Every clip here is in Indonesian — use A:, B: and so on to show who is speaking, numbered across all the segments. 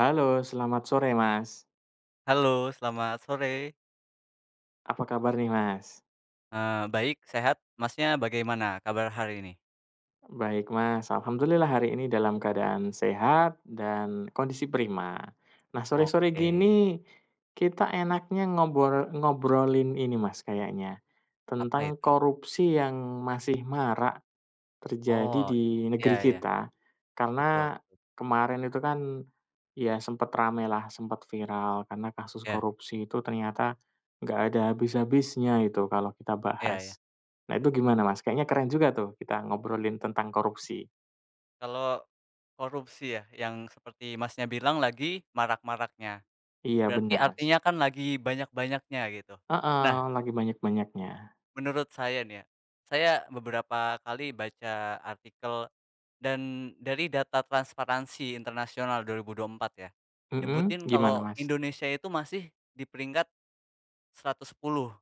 A: Halo, selamat sore, Mas.
B: Halo, selamat sore.
A: Apa kabar nih, Mas?
B: Baik, sehat. Masnya bagaimana kabar hari ini?
A: Baik, Mas. Alhamdulillah hari ini dalam keadaan sehat dan kondisi prima. Nah, sore-sore
B: Oke,
A: gini kita enaknya ngobrolin ini, Mas, kayaknya,
B: apa
A: tentang
B: itu?
A: korupsi yang masih marak terjadi
B: Oh,
A: di negeri
B: iya iya,
A: kita,
B: betul.
A: karena kemarin itu kan, ya sempet ramelah, sempat viral karena kasus
B: Iya,
A: korupsi itu ternyata nggak ada habis-habisnya itu kalau kita
B: iya iya.
A: bahas. Nah, itu gimana, Mas? Kayaknya keren juga tuh kita ngobrolin tentang korupsi.
B: Kalau korupsi ya, yang seperti Masnya bilang lagi marak-maraknya.
A: Iya,
B: Berarti
A: bener, Mas.
B: artinya kan lagi banyak-banyaknya gitu. Nah,
A: Heeh, lagi banyak-banyaknya.
B: menurut saya nih ya, saya beberapa kali baca artikel dan dari data Transparansi Internasional dua ribu empat ya,
A: Mhm,
B: nyebutin
A: gimana,
B: kalau
A: Mas?
B: Indonesia itu masih di peringkat 110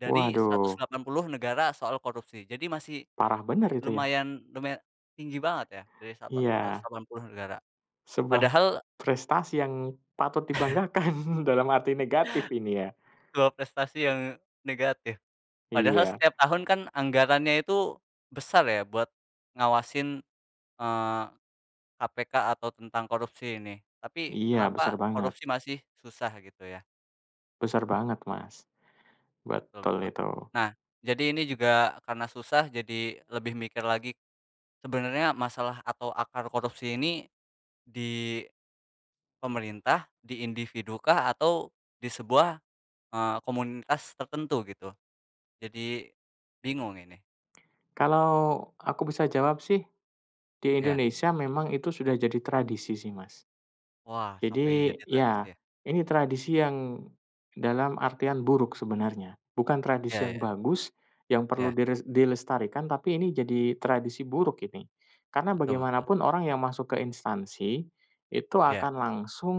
B: dari
A: Waduh,
B: 180 negara soal korupsi. Jadi masih
A: parah bener itu ya.
B: lumayan lumayan tinggi banget ya dari sapa
A: Iya,
B: 180 negara.
A: sebuah
B: Padahal
A: prestasi yang patut dibanggakan dalam arti negatif ini ya.
B: dua prestasi yang negatif. Padahal
A: Iya.
B: setiap tahun kan anggarannya itu besar ya buat ngawasin, eee, KPK atau tentang korupsi ini. Tapi
A: Iya,
B: kenapa korupsi masih susah gitu ya.
A: besar banget, Mas.
B: Betul
A: Betul
B: betul.
A: itu.
B: Nah, jadi ini juga karena susah jadi lebih mikir lagi, sebenarnya masalah atau akar korupsi ini di pemerintah, di individu kah, atau di sebuah, komunitas tertentu gitu? Jadi bingung ini.
A: Kalau aku bisa jawab sih, di
B: Ya,
A: Indonesia memang itu sudah jadi tradisi sih, Mas.
B: wah, sampai
A: Jadi,
B: jadi tradisi
A: ya
B: ya?
A: ini tradisi yang dalam artian buruk sebenarnya, bukan
B: Iya,
A: tradisi yang
B: iya,
A: bagus yang perlu
B: iya.
A: dilestarikan, tapi ini jadi tradisi buruk ini. Karena
B: Betul betul.
A: bagaimanapun orang yang masuk ke instansi itu
B: Iya.
A: akan langsung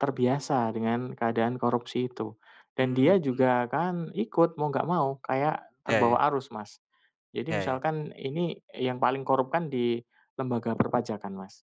A: terbiasa dengan keadaan korupsi itu, dan
B: Hmm.
A: dia
B: Mhm.
A: juga akan ikut mau nggak mau, kayak
B: Iya
A: terbawa
B: iya.
A: arus, Mas. Jadi
B: Iya iya.
A: misalkan ini yang paling korup kan di lembaga perpajakan, Mas.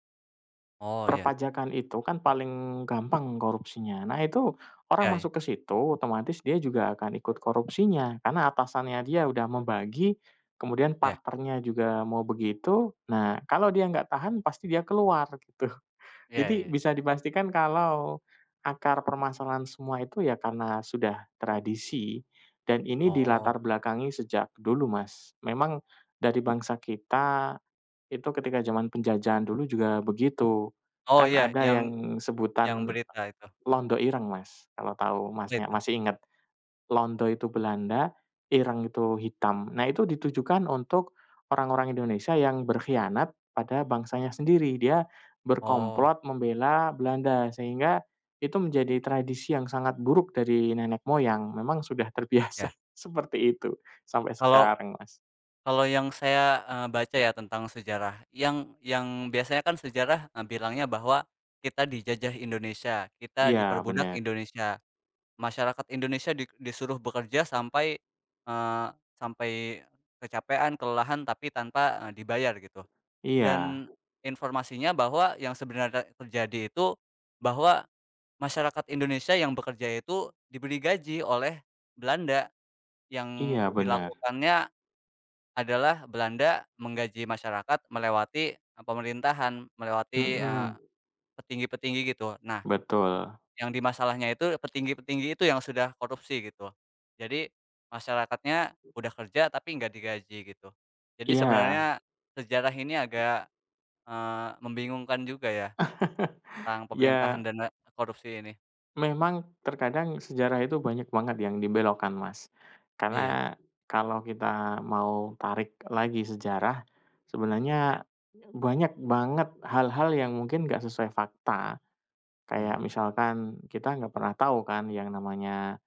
B: Oh, iya.
A: Perpajakan itu kan paling gampang korupsinya. Nah itu, orang
B: Iya iya.
A: masuk ke situ otomatis dia juga akan ikut korupsinya, karena atasannya dia udah membagi, kemudian
B: Iya.
A: partnernya juga mau begitu. Nah, kalau dia nggak tahan pasti dia keluar gitu.
B: Iya
A: Jadi
B: iya.
A: bisa dipastikan kalau akar permasalahan semua itu ya karena sudah tradisi dan ini
B: Oh.
A: dilatar belakangi sejak dulu, Mas. Memang dari bangsa kita itu ketika zaman penjajahan dulu juga begitu.
B: Oh,
A: Kan
B: iya,
A: ada
B: yang
A: yang
B: yang
A: sebutan
B: berita itu?
A: londo ireng, Mas, kalau tahu Masnya
B: Itu?
A: masih ingat. Londo itu Belanda, ireng itu hitam. Nah, itu ditujukan untuk orang-orang Indonesia yang berkhianat pada bangsanya sendiri. Dia
B: Oh,
A: berkomplot membela Belanda, sehingga itu menjadi tradisi yang sangat buruk dari nenek moyang, memang sudah terbiasa
B: ya.
A: seperti itu sampai
B: Kalau
A: sekarang, Mas.
B: Kalau yang saya, baca ya tentang sejarah, yang biasanya kan sejarah, bilangnya bahwa kita dijajah Indonesia, kita
A: Iya,
B: diperbudak
A: benar.
B: Indonesia, masyarakat Indonesia disuruh bekerja sampai, eee, sampai kecapean, kelelahan, tapi tanpa, dibayar gitu.
A: Iya.
B: Dan informasinya bahwa yang sebenarnya terjadi itu bahwa masyarakat Indonesia yang bekerja itu diberi gaji oleh Belanda, yang
A: Iya, benar.
B: dilakukannya adalah Belanda menggaji masyarakat melewati, pemerintahan, melewati,
A: Mhm,
B: petinggi-petinggi gitu. Nah,
A: betul.
B: yang di masalahnya itu petinggi-petinggi itu yang sudah korupsi gitu. Jadi masyarakatnya udah kerja tapi nggak digaji gitu. Jadi
A: Iya,
B: sebenarnya sejarah ini agak, eee, membingungkan juga ya tentang pemerintahan
A: ya
B: dan korupsi ini.
A: memang terkadang sejarah itu banyak banget yang dibelokkan, Mas.
B: Iya,
A: Karena kalau kita mau tarik lagi sejarah,
B: ya.
A: sebenarnya banyak banget hal-hal yang mungkin nggak sesuai fakta.
B: Mhm,
A: Kayak misalkan kita nggak pernah tahu kan yang namanya,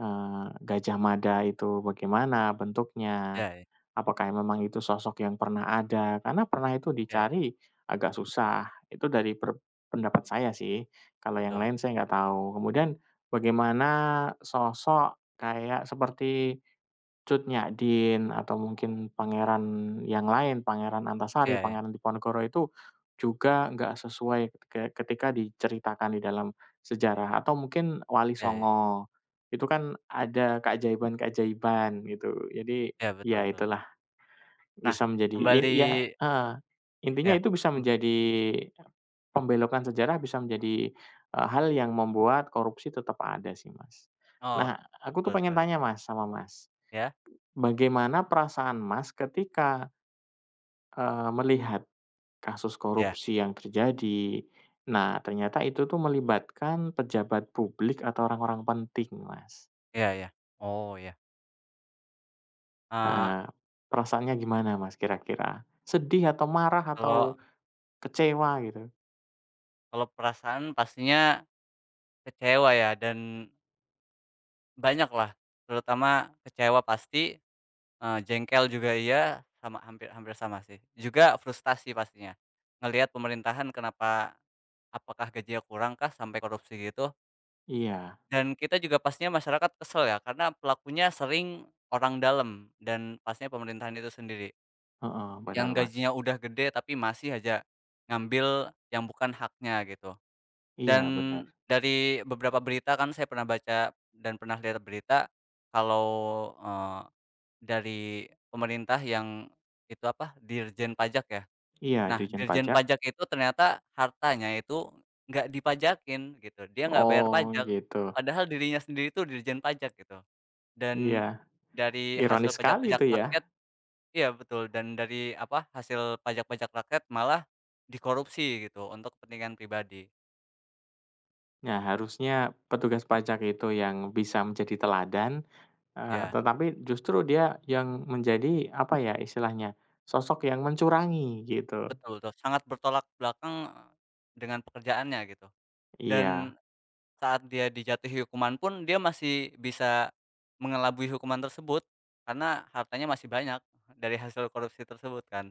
A: Gajah Mada itu bagaimana bentuknya.
B: iya, iya,
A: Apakah memang itu sosok yang pernah ada, karena pernah itu
B: iya, iya,
A: dicari agak susah. Itu dari pendapat saya sih, kalau yang
B: betul
A: lain
B: betul.
A: saya nggak tahu. Kemudian bagaimana sosok kayak seperti Cut Nyak Dien atau mungkin pangeran yang lain, Pangeran Antasari,
B: Ya.
A: Pangeran Diponegoro itu juga nggak sesuai ketika diceritakan di dalam sejarah atau mungkin Wali
B: Ya, iya iya,
A: Songo, itu kan ada keajaiban-keajaiban gitu. Jadi,
B: iya, betul
A: ya
B: betul.
A: itulah
B: Nah,
A: bisa menjadi
B: kembali
A: ya heeh, intinya
B: ya.
A: itu bisa menjadi pembelokan sejarah bisa menjadi, hal yang membuat korupsi tetap ada sih, Mas.
B: Oh,
A: Nah, aku tuh
B: betul
A: pengen
B: sekali.
A: tanya, Mas, sama Mas,
B: Ya,
A: bagaimana perasaan Mas ketika, melihat kasus
B: ya,
A: korupsi yang terjadi, nah ternyata itu tuh melibatkan pejabat publik atau orang-orang penting, Mas?
B: ya, ya. Oh, ya. Eee,
A: Heeh, perasaannya gimana, Mas, kira-kira? Sedih atau marah
B: kalau
A: atau kecewa gitu?
B: kalau perasaan pastinya kecewa ya dan banyak lah terutama kecewa pasti, jengkel juga iya, sama hampir hampir sama sih. Juga frustasi pastinya, ngelihat pemerintahan kenapa apakah gajinya kurang kah sampai korupsi gitu,
A: Iya.
B: dan kita juga pastinya masyarakat kesel ya, karena pelakunya sering orang dalam dan pastinya pemerintahan itu sendiri.
A: Heeh,
B: Yang
A: benar, Mas.
B: gajinya udah gede tapi masih aja ngambil yang bukan haknya gitu. Dan
A: Iya, benar.
B: dari beberapa berita kan saya pernah baca dan pernah lihat berita kalau, eee, dari pemerintah yang itu apa, Dirjen Pajak ya.
A: Iya,
B: Nah,
A: Ditjen
B: Dirjen
A: Pajak.
B: Pajak itu ternyata hartanya itu nggak dipajakin gitu, dia nggak bayar
A: Oh,
B: pajak,
A: gitu.
B: padahal dirinya sendiri itu Dirjen Pajak gitu. Dan
A: Iya,
B: dari hasil
A: ironis sekali
B: pajak-pajak
A: itu ya.
B: rakyat. Iya betul, dan dari apa, hasil pajak-pajak rakyat malah dikorupsi gitu untuk kepentingan pribadi.
A: Nah, harusnya petugas pajak itu yang bisa menjadi teladan,
B: Iya,
A: tetapi justru dia yang menjadi, apa ya istilahnya, sosok yang mencurangi gitu.
B: betul tuh, sangat bertolak belakang dengan pekerjaannya gitu.
A: Iya
B: Dan saat dia dijatuhi hukuman pun dia masih bisa mengelabui hukuman tersebut karena hartanya masih banyak dari hasil korupsi tersebut kan.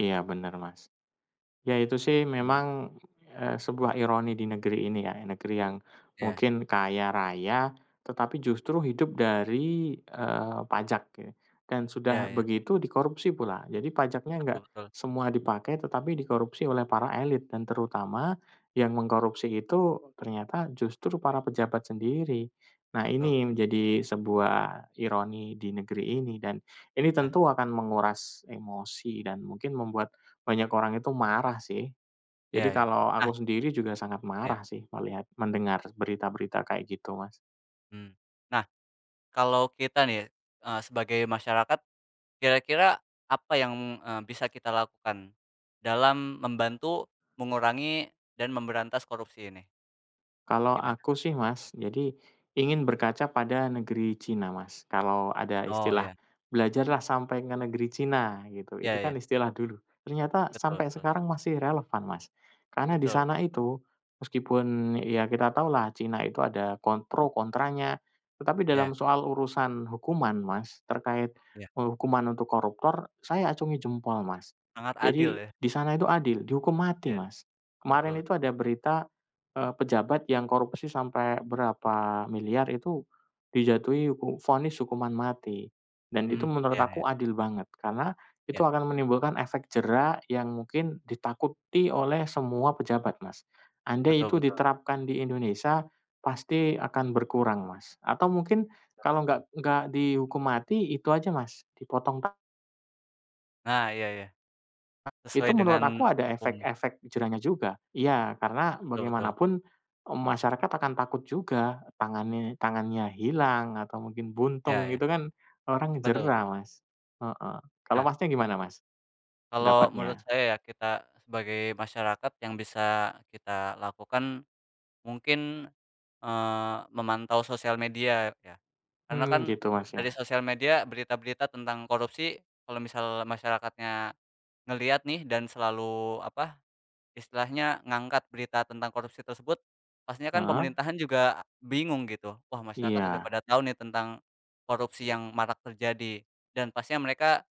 A: iya, benar, Mas. Ya itu sih
B: Mhm,
A: memang, sebuah ironi di negeri ini ya, negeri yang
B: iya,
A: mungkin kaya raya, tetapi justru hidup dari, pajak ya, dan
B: iya
A: sudah
B: iya,
A: begitu dikorupsi pula. Jadi pajaknya
B: betul
A: nggak
B: betul,
A: semua dipakai, tetapi dikorupsi oleh para elit dan terutama yang mengkorupsi itu ternyata justru para pejabat sendiri. Nah,
B: betul
A: ini
B: betul.
A: menjadi sebuah ironi di negeri ini dan ini
B: Nah,
A: tentu akan menguras emosi dan mungkin membuat banyak orang itu marah sih.
B: iya
A: Jadi
B: iya.
A: kalau
B: Nah,
A: aku sendiri juga sangat
B: iya,
A: marah sih melihat mendengar berita-berita kayak gitu, Mas.
B: mhm. Nah, kalau kita nih, sebagai masyarakat, kira-kira apa yang, bisa kita lakukan dalam membantu mengurangi dan memberantas korupsi ini?
A: Kalau
B: Gimana
A: aku sih,
B: menurut
A: Mas,
B: ya?
A: jadi ingin berkaca pada negeri Cina, Mas. Kalau ada
B: Oh,
A: istilah
B: ya,
A: "belajarlah sampai ke negeri Cina" gitu, itu
B: ya ya,
A: kan istilah dulu. Ternyata
B: betul
A: sampai
B: betul
A: sekarang masih relevan, Mas. Karena di
B: betul,
A: sana itu, meskipun ya kita tahulah Cina itu ada pro kontranya, tetapi dalam
B: ya
A: soal urusan hukuman, Mas, terkait,
B: ya,
A: hukuman untuk koruptor, saya acungi jempol, Mas.
B: sangat adil
A: Jadi
B: ya,
A: di sana itu adil, dihukum mati,
B: ya,
A: Mas. Kemarin
B: betul
A: itu
B: betul,
A: ada berita. Pejabat yang korupsi sampai berapa miliar itu dijatuhi vonis hukuman mati, dan itu
B: ya
A: menurut
B: ya, iya
A: aku adil banget karena itu
B: iya,
A: akan menimbulkan efek jera yang mungkin ditakuti oleh semua pejabat, Mas. Andai
B: betul
A: itu
B: betul
A: diterapkan di Indonesia pasti akan berkurang, Mas, atau mungkin
B: betul
A: kalau
B: betul.
A: nggak dihukum mati itu aja, Mas, dipotong
B: Nah, iya ya, sesuai
A: itu
B: dengan
A: menurut aku ada
B: hukum,
A: efek-efek jerahnya juga. Iya, karena
B: betul betul,
A: bagaimanapun, masyarakat akan takut juga tangannya tangannya hilang atau mungkin
B: ya
A: buntung
B: ya,
A: gitu kan, orang
B: betul
A: jerah,
B: betul.
A: Mas. Heeh. Kalau
B: Nah,
A: Masnya gimana, Mas,
B: kalau menurut
A: pendapatnya?
B: saya ya kita sebagai masyarakat yang bisa kita lakukan mungkin memantau sosial media ya. Karena
A: Mmm,
B: kan
A: gitu, Mas, ya.
B: dari sosial media berita-berita tentang korupsi kalau misal masyarakatnya ngelihat nih dan selalu apa, istilahnya ngangkat berita tentang korupsi tersebut, pastinya kan
A: Heeh.
B: pemerintahan juga bingung gitu. Wah, masyarakat udah
A: Iya.
B: pada tahu nih tentang korupsi yang marak terjadi dan pastinya mereka,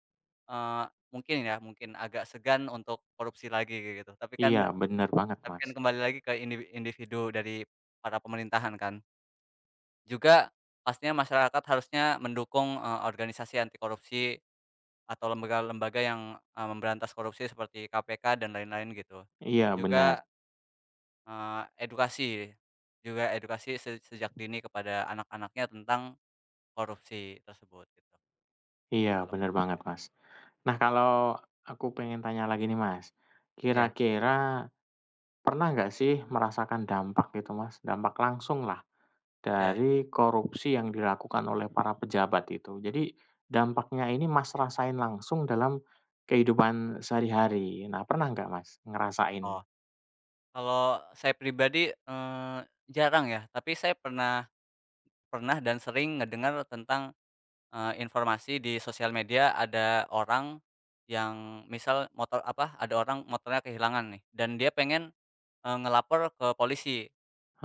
B: eee, mungkin ya, mungkin agak segan untuk korupsi lagi kayak gitu. Tapi kan
A: Iya, bener banget,
B: tapi
A: Mas.
B: kan kembali lagi ke individu dari para pemerintahan kan. Juga pastinya masyarakat harusnya mendukung, organisasi anti korupsi atau lembaga-lembaga yang, memberantas korupsi seperti KPK dan lain-lain gitu.
A: Iya, bener.
B: Juga, edukasi juga edukasi sejak dini kepada anak-anaknya tentang korupsi tersebut gitu,
A: Iya,
B: kalau
A: bener
B: menurut
A: banget,
B: saya.
A: Mas. Nah, kalau aku pengen tanya lagi nih, Mas,
B: Ya,
A: kira-kira pernah nggak sih merasakan dampak gitu, Mas, dampak langsung lah
B: iya.
A: dari korupsi yang dilakukan oleh para pejabat itu. Jadi, dampaknya ini Mas rasain langsung dalam kehidupan sehari-hari. Nah, pernah nggak Mas ngerasain?
B: Oh, kalau saya pribadi, jarang ya, tapi saya pernah pernah dan sering ngedengar tentang informasi di sosial media ada orang yang misal motor apa, ada orang motornya kehilangan nih dan dia pengen, ngelapor ke polisi.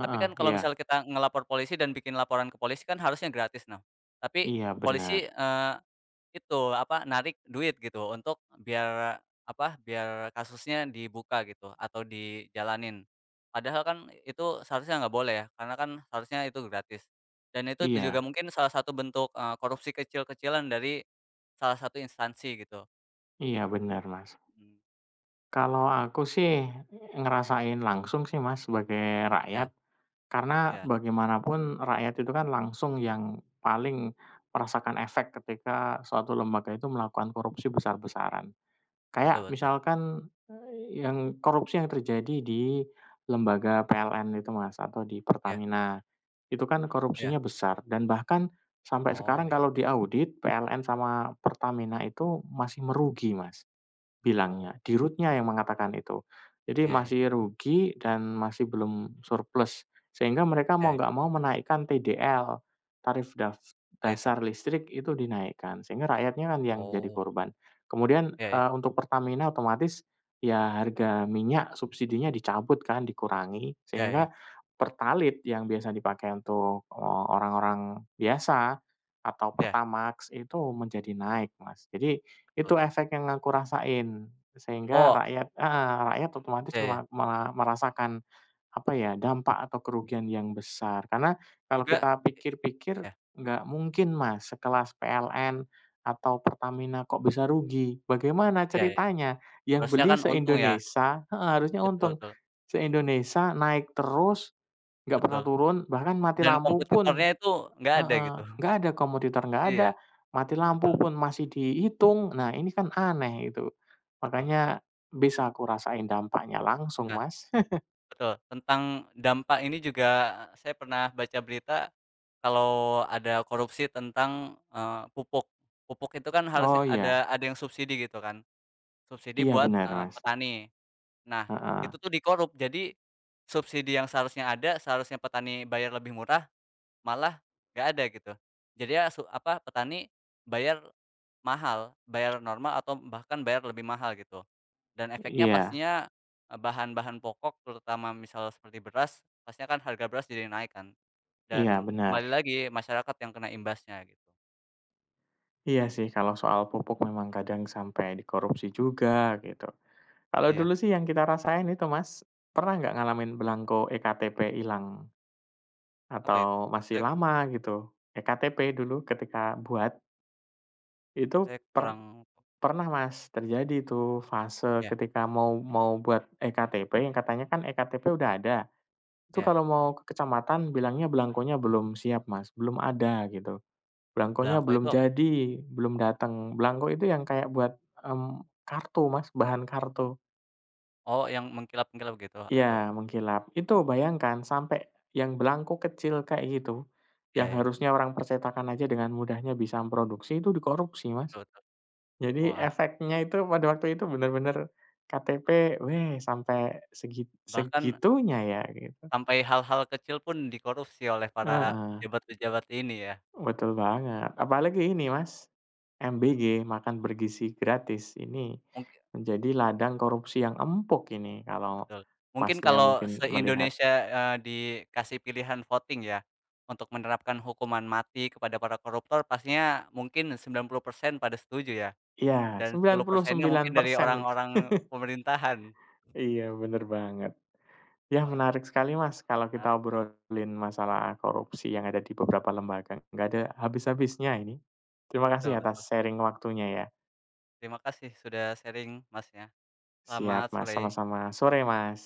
B: Tapi kan kalau
A: iya.
B: misal kita ngelapor polisi dan bikin laporan ke polisi kan harusnya gratis, nah. Tapi
A: Iya, bener.
B: polisi, itu, apa, narik duit gitu untuk biar, apa, biar kasusnya dibuka gitu atau dijalanin. Padahal kan itu seharusnya nggak boleh ya, karena kan seharusnya itu gratis. Dan itu juga
A: Iya.
B: mungkin salah satu bentuk, korupsi kecil-kecilan dari salah satu instansi gitu.
A: Iya, bener, Mas.
B: Mhm,
A: Kalau aku sih ngerasain langsung sih, Mas, sebagai
B: ya
A: rakyat, karena
B: ya,
A: bagaimanapun rakyat itu kan langsung yang paling merasakan efek ketika suatu lembaga itu melakukan korupsi besar-besaran.
B: betul
A: Kayak
B: betul.
A: misalkan, yang korupsi yang terjadi di lembaga PLN itu, Mas, atau di
B: Ya
A: Pertamina. Itu kan
B: ya.
A: korupsinya besar dan bahkan sampai
B: Oh,
A: sekarang kalau diaudit PLN sama Pertamina itu masih merugi, Mas.
B: oh,
A: Bilangnya, di root-nya yang mengatakan itu. Jadi
B: ya ya,
A: masih rugi dan masih belum surplus, sehingga mereka
B: iya
A: mau
B: iya.
A: nggak mau menaikkan TDL, tarif
B: Apa itu?
A: dasar listrik itu dinaikkan, sehingga rakyatnya kan yang jadi
B: Oh,
A: korban. Kemudian,
B: ya, ya,
A: untuk Pertamina otomatis ya harga minyak subsidinya dicabut kan, dikurangi,
B: ya, ya,
A: sehingga pertalit yang biasa dipakai untuk, orang-orang biasa atau
B: iya,
A: Pertamax itu menjadi naik, Mas. Jadi
B: betul
A: itu
B: betul.
A: efek yang aku rasain, sehingga
B: Oh,
A: rakyat heeh, rakyat otomatis
B: ya ya.
A: mela mela merasakan, apa ya, dampak atau kerugian yang besar. Karena kalau
B: Juga
A: kita
B: ya
A: pikir-pikir,
B: ya,
A: nggak mungkin, Mas, sekelas PLN atau Pertamina kok bisa rugi. Bagaimana
B: iya iya.
A: ceritanya? Yang
B: Harusnya
A: beli
B: kan untung ya.
A: se-Indonesia heeh, harusnya
B: Betul
A: untung,
B: betul
A: se-Indonesia naik terus, nggak pernah
B: betul,
A: turun, bahkan mati
B: dan
A: lampu pun
B: kompetitornya itu nggak ada
A: heeh,
B: gitu.
A: nggak ada komputer nggak ada,
B: Iya,
A: mati lampu
B: betul
A: pun masih dihitung. Nah, ini kan aneh itu.
B: betul betul.
A: Makanya bisa aku rasain dampaknya langsung,
B: Nah,
A: Mas.
B: betul, tentang dampak ini juga saya pernah baca berita kalau ada korupsi tentang, pupuk. Pupuk itu kan harusnya
A: Oh, iya.
B: ada yang subsidi gitu kan, subsidi
A: Iya,
B: buat,
A: benar, Mas.
B: petani. Nah,
A: Heeh.
B: itu tuh dikorup, jadi subsidi yang seharusnya ada, seharusnya petani bayar lebih murah, malah nggak ada gitu. Jadi ya apa, petani bayar mahal, bayar normal atau bahkan bayar lebih mahal gitu. Dan efeknya
A: Iya
B: pastinya, bahan-bahan pokok terutama misal seperti beras, pastinya kan harga beras jadi naik kan,
A: iya,
B: dan
A: benar.
B: kembali lagi masyarakat yang kena imbasnya gitu.
A: Iya sih kalau soal pupuk memang kadang sampai dikorupsi juga gitu. Kalau
B: Iya,
A: dulu sih yang kita rasain itu, Mas, pernah nggak ngalamin
B: gitu.
A: belangko ektp hilang
B: Apa
A: atau
B: itu?
A: masih
B: Saya
A: lama gitu? Ektp dulu ketika buat, itu
B: saya
A: per
B: kurang
A: pernah, Mas, terjadi itu fase
B: ya
A: ketika mau mau buat ektp yang katanya kan ektp udah ada, itu
B: ya,
A: kalau mau ke kecamatan bilangnya belangkonya belum siap, Mas, belum ada gitu. Belangkonya
B: belangko itu
A: belum
B: apa?
A: jadi, belum datang. Belangko itu yang kayak buat, mmm, kartu, Mas, bahan kartu.
B: Oh, yang mengkilap-mengkilap gitu
A: Iya,
B: atau
A: mengkilap. Itu bayangkan sampai yang belangko kecil kayak gitu,
B: iya
A: yang
B: iya,
A: harusnya orang percetakan aja dengan mudahnya bisa memproduksi itu dikorupsi, Mas.
B: betul betul.
A: Jadi
B: Wah,
A: efeknya itu pada waktu itu bener-bener KTP, weh, sampai
B: bahkan
A: segitunya ya gitu.
B: sampai hal-hal kecil pun dikorupsi oleh para
A: Heeh,
B: pejabat-pejabat ini ya.
A: betul banget. Apalagi ini, Mas, MBG, makan bergizi gratis, ini
B: Mungkin.
A: menjadi ladang korupsi yang empuk ini kalau
B: Betul. Mungkin
A: Masnya
B: kalau
A: mungkin melihat.
B: se-Indonesia, dikasih pilihan voting ya, untuk menerapkan hukuman mati kepada para koruptor pastinya mungkin 90% pada setuju ya,
A: Iya,
B: dan
A: sembilan
B: sepuluh
A: puluh
B: persennya
A: sembilan
B: mungkin dari
A: persen.
B: orang-orang pemerintahan.
A: Iya, bener banget. Ya,
B: Wah,
A: menarik sekali, Mas, kalau kita
B: menarik nih,
A: obrolin masalah korupsi yang ada di beberapa lembaga, nggak ada habis-habisnya ini. Terima
B: betul
A: kasih
B: betul.
A: atas sharing waktunya ya.
B: Terima kasih sudah sharing Masnya,
A: Siap,
B: selamat
A: Mas,
B: sore.
A: sama-sama. Sore, Mas.